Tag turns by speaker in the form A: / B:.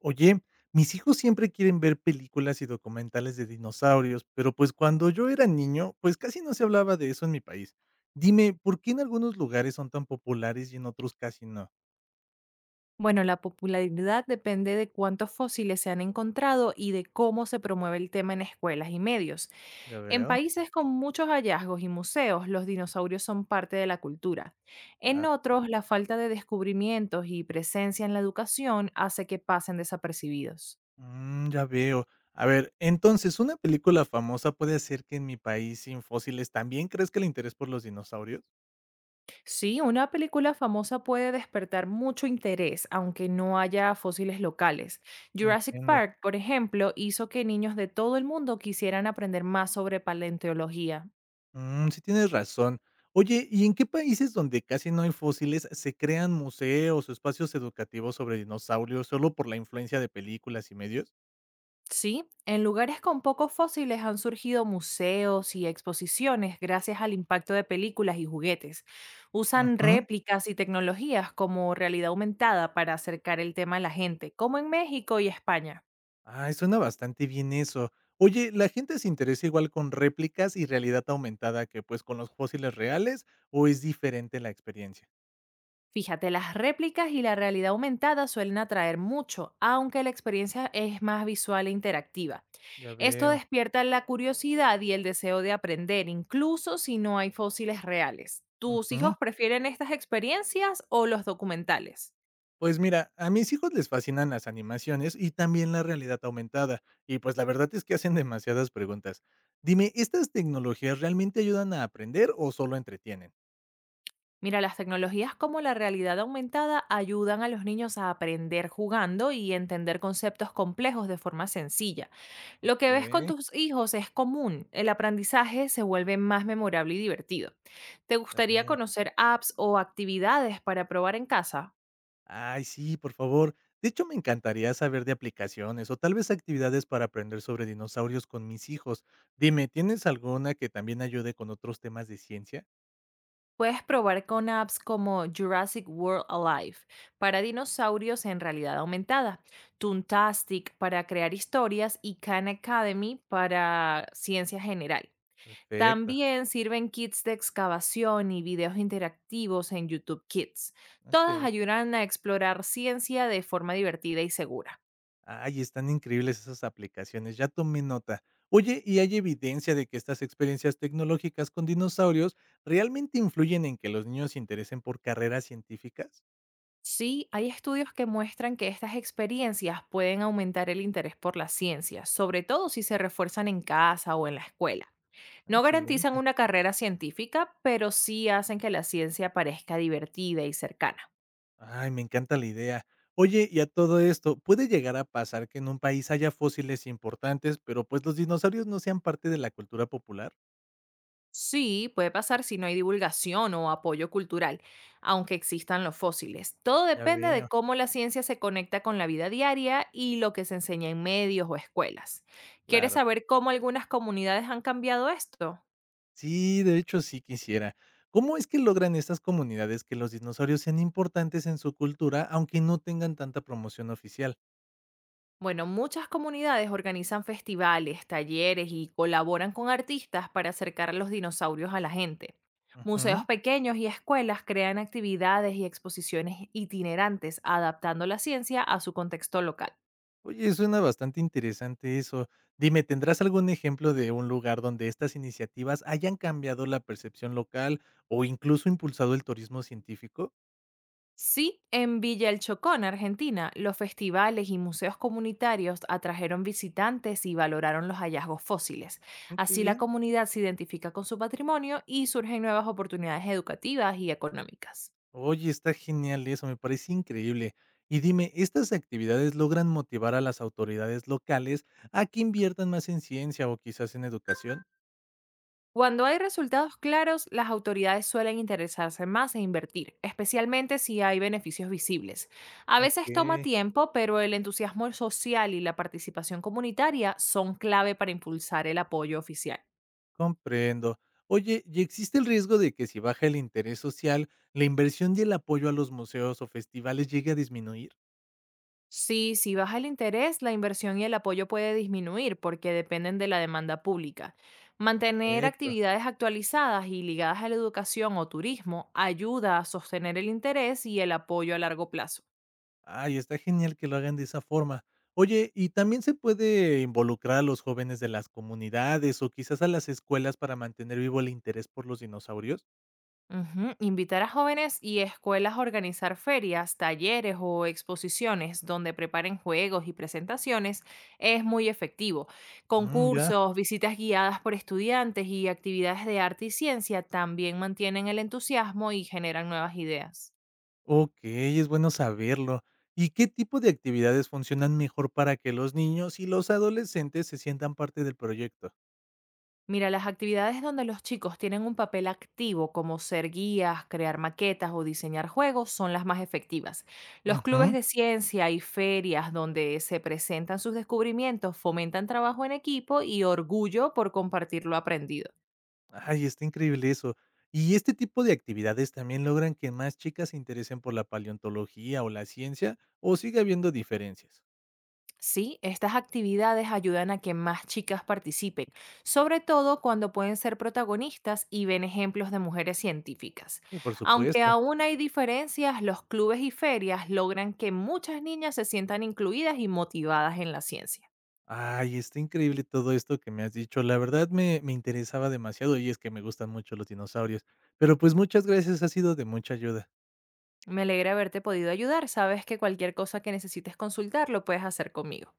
A: Oye, mis hijos siempre quieren ver películas y documentales de dinosaurios, pero pues cuando yo era niño, pues casi no se hablaba de eso en mi país. Dime, ¿por qué en algunos lugares son tan populares y en otros casi no?
B: Bueno, la popularidad depende de cuántos fósiles se han encontrado y de cómo se promueve el tema en escuelas y medios.
A: Ya
B: En
A: veo,
B: países con muchos hallazgos y museos, los dinosaurios son parte de la cultura. En
A: claro.
B: otros, la falta de descubrimientos y presencia en la educación hace que pasen desapercibidos.
A: Mm, ya veo. A ver, entonces, ¿una película famosa puede hacer que en mi país sin fósiles también crezca el interés por los dinosaurios?
B: Sí, una película famosa puede despertar mucho interés, aunque no haya fósiles locales. Jurassic
A: Entiendo.
B: Park, por ejemplo, hizo que niños de todo el mundo quisieran aprender más sobre paleontología.
A: Mm, sí tienes razón. Oye, ¿y en qué países donde casi no hay fósiles se crean museos o espacios educativos sobre dinosaurios solo por la influencia de películas y medios?
B: Sí, en lugares con pocos fósiles han surgido museos y exposiciones gracias al impacto de películas y juguetes. Usan
A: Ujú.
B: réplicas y tecnologías como realidad aumentada para acercar el tema a la gente, como en México y España.
A: Ay, suena bastante bien eso. Oye, ¿la gente se interesa igual con réplicas y realidad aumentada que pues con los fósiles reales o es diferente la experiencia?
B: Fíjate, las réplicas y la realidad aumentada suelen atraer mucho, aunque la experiencia es más visual e interactiva.
A: Ya
B: Esto
A: veo.
B: despierta la curiosidad y el deseo de aprender, incluso si no hay fósiles reales. ¿Tus
A: Ujú.
B: hijos prefieren estas experiencias o los documentales?
A: Pues mira, a mis hijos les fascinan las animaciones y también la realidad aumentada, y pues la verdad es que hacen demasiadas preguntas. Dime, ¿estas tecnologías realmente ayudan a aprender o solo entretienen?
B: Mira, las tecnologías como la realidad aumentada ayudan a los niños a aprender jugando y entender conceptos complejos de forma sencilla. Lo
A: Ok,
B: que ves con tus hijos es común. El aprendizaje se vuelve más memorable y divertido. ¿Te
A: ya
B: gustaría
A: veo.
B: conocer apps o actividades para probar en casa?
A: Ay, sí, por favor. De hecho, me encantaría saber de aplicaciones o tal vez actividades para aprender sobre dinosaurios con mis hijos. Dime, ¿tienes alguna que también ayude con otros temas de ciencia?
B: Puedes probar con apps como Jurassic World Alive para dinosaurios en realidad aumentada, Toontastic para crear historias y Khan Academy para ciencia general.
A: Perfecto,
B: También sirven kits de excavación y videos interactivos en YouTube Kids. Todas
A: ok.
B: ayudan a explorar ciencia de forma divertida y segura.
A: Ay, están increíbles esas aplicaciones, ya tomé nota. Oye, ¿y hay evidencia de que estas experiencias tecnológicas con dinosaurios realmente influyen en que los niños se interesen por carreras científicas?
B: Sí, hay estudios que muestran que estas experiencias pueden aumentar el interés por la ciencia, sobre todo si se refuerzan en casa o en la escuela.
A: Ah,
B: No garantizan
A: excelente.
B: una carrera científica, pero sí hacen que la ciencia parezca divertida y cercana.
A: Ay, me encanta la idea. Oye, y a todo esto, ¿puede llegar a pasar que en un país haya fósiles importantes, pero pues los dinosaurios no sean parte de la cultura popular?
B: Sí, puede pasar si no hay divulgación o apoyo cultural, aunque existan los fósiles. Todo
A: Ya
B: depende
A: veo,
B: de cómo la ciencia se conecta con la vida diaria y lo que se enseña en medios o escuelas. ¿Quieres
A: claro.
B: saber cómo algunas comunidades han cambiado esto?
A: Sí, de hecho sí quisiera. ¿Cómo es que logran estas comunidades que los dinosaurios sean importantes en su cultura, aunque no tengan tanta promoción oficial?
B: Bueno, muchas comunidades organizan festivales, talleres y colaboran con artistas para acercar a los dinosaurios a la gente. Museos
A: Ujú.
B: pequeños y escuelas crean actividades y exposiciones itinerantes adaptando la ciencia a su contexto local.
A: Oye, suena bastante interesante eso. Dime, ¿tendrás algún ejemplo de un lugar donde estas iniciativas hayan cambiado la percepción local o incluso impulsado el turismo científico?
B: Sí, en Villa El Chocón, Argentina, los festivales y museos comunitarios atrajeron visitantes y valoraron los hallazgos fósiles.
A: Mm, qué
B: Así la
A: bien.
B: comunidad se identifica con su patrimonio y surgen nuevas oportunidades educativas y económicas.
A: Oye, está genial eso, me parece increíble. Y dime, ¿estas actividades logran motivar a las autoridades locales a que inviertan más en ciencia o quizás en educación?
B: Cuando hay resultados claros, las autoridades suelen interesarse más e invertir, especialmente si hay beneficios visibles. A veces toma
A: Okey,
B: tiempo, pero el entusiasmo social y la participación comunitaria son clave para impulsar el apoyo oficial.
A: comprendo. Oye, ¿y existe el riesgo de que si baja el interés social, la inversión y el apoyo a los museos o festivales llegue a disminuir?
B: Sí, si baja el interés, la inversión y el apoyo puede disminuir porque dependen de la demanda pública. Mantener
A: Perfecto.
B: actividades actualizadas y ligadas a la educación o turismo ayuda a sostener el interés y el apoyo a largo plazo.
A: Ay, está genial que lo hagan de esa forma. Oye, ¿y también se puede involucrar a los jóvenes de las comunidades o quizás a las escuelas para mantener vivo el interés por los dinosaurios?
B: Ujú. Invitar a jóvenes y escuelas a organizar ferias, talleres o exposiciones donde preparen juegos y presentaciones es muy efectivo.
A: Mm, ya.
B: Concursos, visitas guiadas por estudiantes y actividades de arte y ciencia también mantienen el entusiasmo y generan nuevas ideas.
A: Okey, es bueno saberlo. ¿Y qué tipo de actividades funcionan mejor para que los niños y los adolescentes se sientan parte del proyecto?
B: Mira, las actividades donde los chicos tienen un papel activo, como ser guías, crear maquetas o diseñar juegos, son las más efectivas. Los clubes
A: Ujú.
B: de ciencia y ferias donde se presentan sus descubrimientos fomentan trabajo en equipo y orgullo por compartir lo aprendido.
A: Ay, está increíble eso. ¿Y este tipo de actividades también logran que más chicas se interesen por la paleontología o la ciencia o sigue habiendo diferencias?
B: Sí, estas actividades ayudan a que más chicas participen, sobre todo cuando pueden ser protagonistas y ven ejemplos de mujeres científicas.
A: Sí, por
B: Aunque
A: supuesto.
B: aún hay diferencias, los clubes y ferias logran que muchas niñas se sientan incluidas y motivadas en la ciencia.
A: Ay, está increíble todo esto que me has dicho. La verdad me interesaba demasiado y es que me gustan mucho los dinosaurios. Pero pues muchas gracias, ha sido de mucha ayuda.
B: Me alegra haberte podido ayudar. Sabes que cualquier cosa que necesites consultar lo puedes hacer conmigo.